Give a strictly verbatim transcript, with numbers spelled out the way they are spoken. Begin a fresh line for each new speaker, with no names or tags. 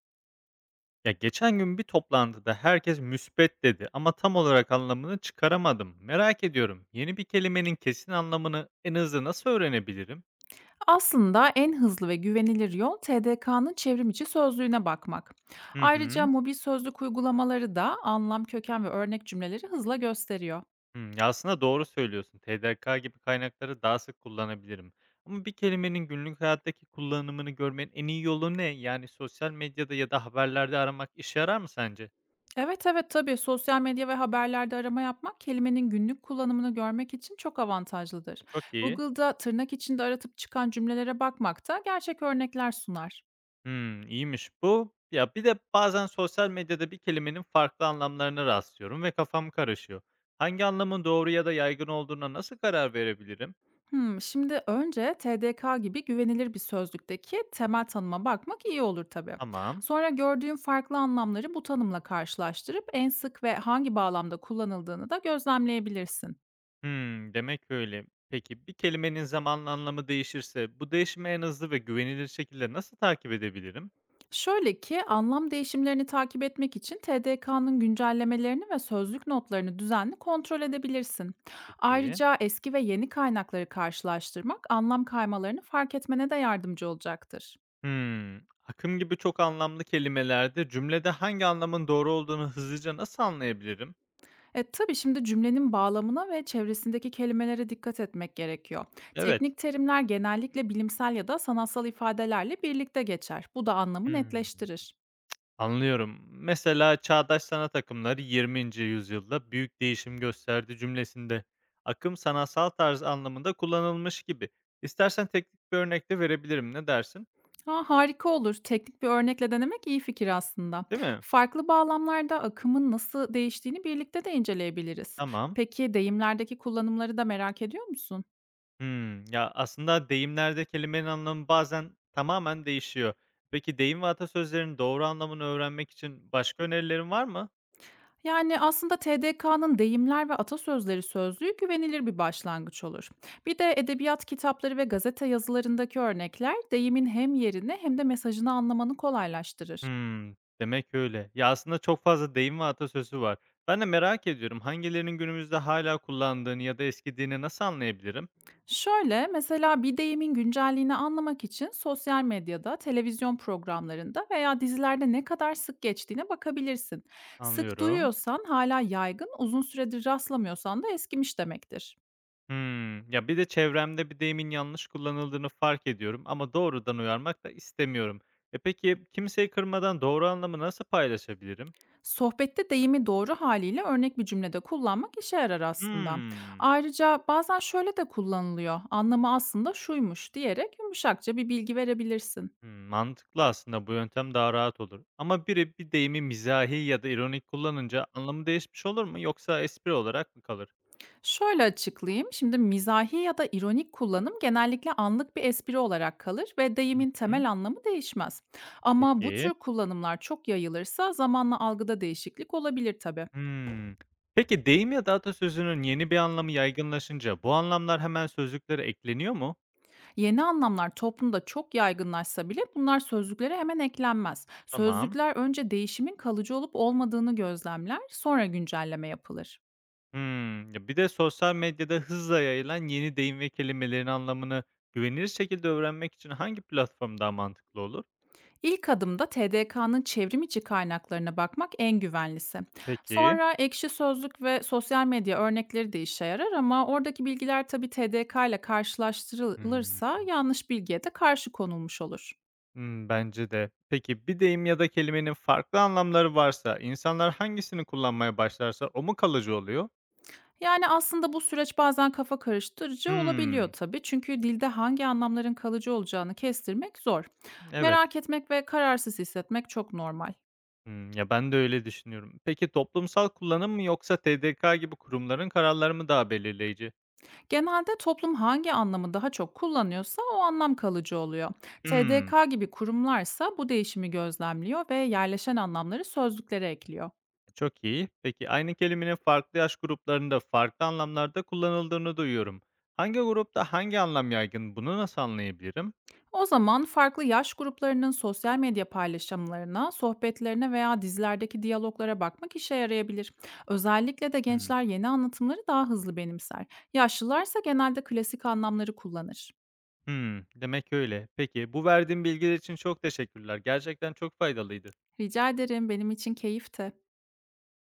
Ya geçen gün bir toplantıda herkes müspet dedi ama tam olarak anlamını çıkaramadım. Merak ediyorum. Yeni bir kelimenin kesin anlamını en hızlı nasıl öğrenebilirim?
Aslında en hızlı ve güvenilir yol T D K'nın çevrim içi sözlüğüne bakmak.
Hı hı.
Ayrıca mobil sözlük uygulamaları da anlam, köken ve örnek cümleleri hızla gösteriyor.
Hı, ya aslında doğru söylüyorsun. T D K gibi kaynakları daha sık kullanabilirim. Ama bir kelimenin günlük hayattaki kullanımını görmenin en iyi yolu ne? Yani sosyal medyada ya da haberlerde aramak işe yarar mı sence?
Evet evet, tabii sosyal medya ve haberlerde arama yapmak kelimenin günlük kullanımını görmek için çok avantajlıdır.
Çok iyi.
Google'da tırnak içinde aratıp çıkan cümlelere bakmak da gerçek örnekler sunar.
Hımm, iyiymiş bu. Ya, bir de bazen sosyal medyada bir kelimenin farklı anlamlarına rastlıyorum ve kafam karışıyor. Hangi anlamın doğru ya da yaygın olduğuna nasıl karar verebilirim?
Hımm, şimdi önce T D K gibi güvenilir bir sözlükteki temel tanıma bakmak iyi olur tabii.
Tamam.
Sonra gördüğün farklı anlamları bu tanımla karşılaştırıp en sık ve hangi bağlamda kullanıldığını da gözlemleyebilirsin.
Hımm, demek öyle. Peki bir kelimenin zamanla anlamı değişirse bu değişimi en hızlı ve güvenilir şekilde nasıl takip edebilirim?
Şöyle ki, anlam değişimlerini takip etmek için T D K'nın güncellemelerini ve sözlük notlarını düzenli kontrol edebilirsin.
Peki.
Ayrıca eski ve yeni kaynakları karşılaştırmak anlam kaymalarını fark etmene de yardımcı olacaktır.
Hımm. Akım gibi çok anlamlı kelimelerde cümlede hangi anlamın doğru olduğunu hızlıca nasıl anlayabilirim?
E, tabii şimdi cümlenin bağlamına ve çevresindeki kelimelere dikkat etmek gerekiyor.
Evet.
Teknik terimler genellikle bilimsel ya da sanatsal ifadelerle birlikte geçer. Bu da anlamı
Hımm.
netleştirir.
Anlıyorum. Mesela çağdaş sanat akımları yirminci yüzyılda büyük değişim gösterdi cümlesinde. Akım sanatsal tarz anlamında kullanılmış gibi. İstersen teknik bir örnek de verebilirim. Ne dersin?
Ha, harika olur. Teknik bir örnekle denemek iyi fikir aslında.
Değil mi?
Farklı bağlamlarda akımın nasıl değiştiğini birlikte de inceleyebiliriz.
Tamam.
Peki deyimlerdeki kullanımları da merak ediyor musun?
Hmm, ya aslında deyimlerde kelimenin anlamı bazen tamamen değişiyor. Peki deyim ve atasözlerin doğru anlamını öğrenmek için başka önerilerin var mı?
Yani aslında T D K'nın deyimler ve atasözleri sözlüğü güvenilir bir başlangıç olur. Bir de edebiyat kitapları ve gazete yazılarındaki örnekler deyimin hem yerini hem de mesajını anlamanı kolaylaştırır.
Hımm. Demek öyle. Ya, aslında çok fazla deyim ve atasözü var. Ben de merak ediyorum, hangilerinin günümüzde hala kullandığını ya da eskidiğini nasıl anlayabilirim?
Şöyle, mesela bir deyimin güncelliğini anlamak için sosyal medyada, televizyon programlarında veya dizilerde ne kadar sık geçtiğine bakabilirsin. Sık
Anlıyorum.
duyuyorsan hala yaygın, uzun süredir rastlamıyorsan da eskimiş demektir.
Hımm. Ya, bir de çevremde bir deyimin yanlış kullanıldığını fark ediyorum ama doğrudan uyarmak da istemiyorum. E, peki kimseyi kırmadan doğru anlamı nasıl paylaşabilirim?
Sohbette deyimi doğru haliyle örnek bir cümlede kullanmak işe yarar aslında.
Hımm.
Ayrıca bazen şöyle de kullanılıyor. Anlamı aslında şuymuş diyerek yumuşakça bir bilgi verebilirsin.
Hımm, mantıklı aslında bu yöntem daha rahat olur ama biri bir deyimi mizahi ya da ironik kullanınca anlamı değişmiş olur mu yoksa espri olarak mı kalır?
Şöyle açıklayayım. Şimdi mizahi ya da ironik kullanım genellikle anlık bir espri olarak kalır ve
Hı
deyimin
hı.
temel anlamı değişmez. Ama bu
Peki.
tür kullanımlar çok yayılırsa zamanla algıda değişiklik olabilir tabii.
Hımm. Peki deyim ya da atasözünün yeni bir anlamı yaygınlaşınca bu anlamlar hemen sözlüklere ekleniyor mu?
Yeni anlamlar toplumda çok yaygınlaşsa bile bunlar sözlüklere hemen eklenmez.
Tamam.
Sözlükler önce değişimin kalıcı olup olmadığını gözlemler, sonra güncelleme yapılır.
Hımm. Ya, bir de sosyal medyada hızla yayılan yeni deyim ve kelimelerin anlamını güvenilir şekilde öğrenmek için hangi platform daha mantıklı olur?
İlk adımda T D K'nın çevrim içi kaynaklarına bakmak en güvenlisi.
Peki.
Sonra ekşi sözlük ve sosyal medya örnekleri de işe yarar, ama oradaki bilgiler tabii T D K ile
Hımm.
karşılaştırılırsa yanlış bilgiye de karşı konulmuş olur.
Hımm, bence de. Peki bir deyim ya da kelimenin farklı anlamları varsa insanlar hangisini kullanmaya başlarsa o mu kalıcı oluyor?
Yani, aslında bu süreç bazen kafa karıştırıcı olabiliyor
Hımm.
tabii. Çünkü dilde hangi anlamların kalıcı olacağını kestirmek zor.
Evet.
Merak etmek ve kararsız hissetmek çok normal.
Hımm. Ya, ben de öyle düşünüyorum. Peki toplumsal kullanım mı yoksa T D K gibi kurumların kararları mı daha belirleyici?
Genelde toplum hangi anlamı daha çok kullanıyorsa o anlam kalıcı oluyor.
Hımm.
T D K gibi kurumlarsa bu değişimi gözlemliyor ve yerleşen anlamları sözlüklere ekliyor.
Çok iyi. Peki aynı kelimenin farklı yaş gruplarında farklı anlamlarda kullanıldığını duyuyorum. Hangi grupta hangi anlam yaygın? Bunu nasıl anlayabilirim?
O zaman farklı yaş gruplarının sosyal medya paylaşımlarına, sohbetlerine veya dizilerdeki diyaloglara bakmak işe yarayabilir. Özellikle de
Hımm.
gençler yeni anlatımları daha hızlı benimser. Yaşlılarsa genelde klasik anlamları kullanır.
Hımm. Demek öyle. Peki bu verdiğin bilgiler için çok teşekkürler. Gerçekten çok faydalıydı.
Rica ederim, benim için keyifti.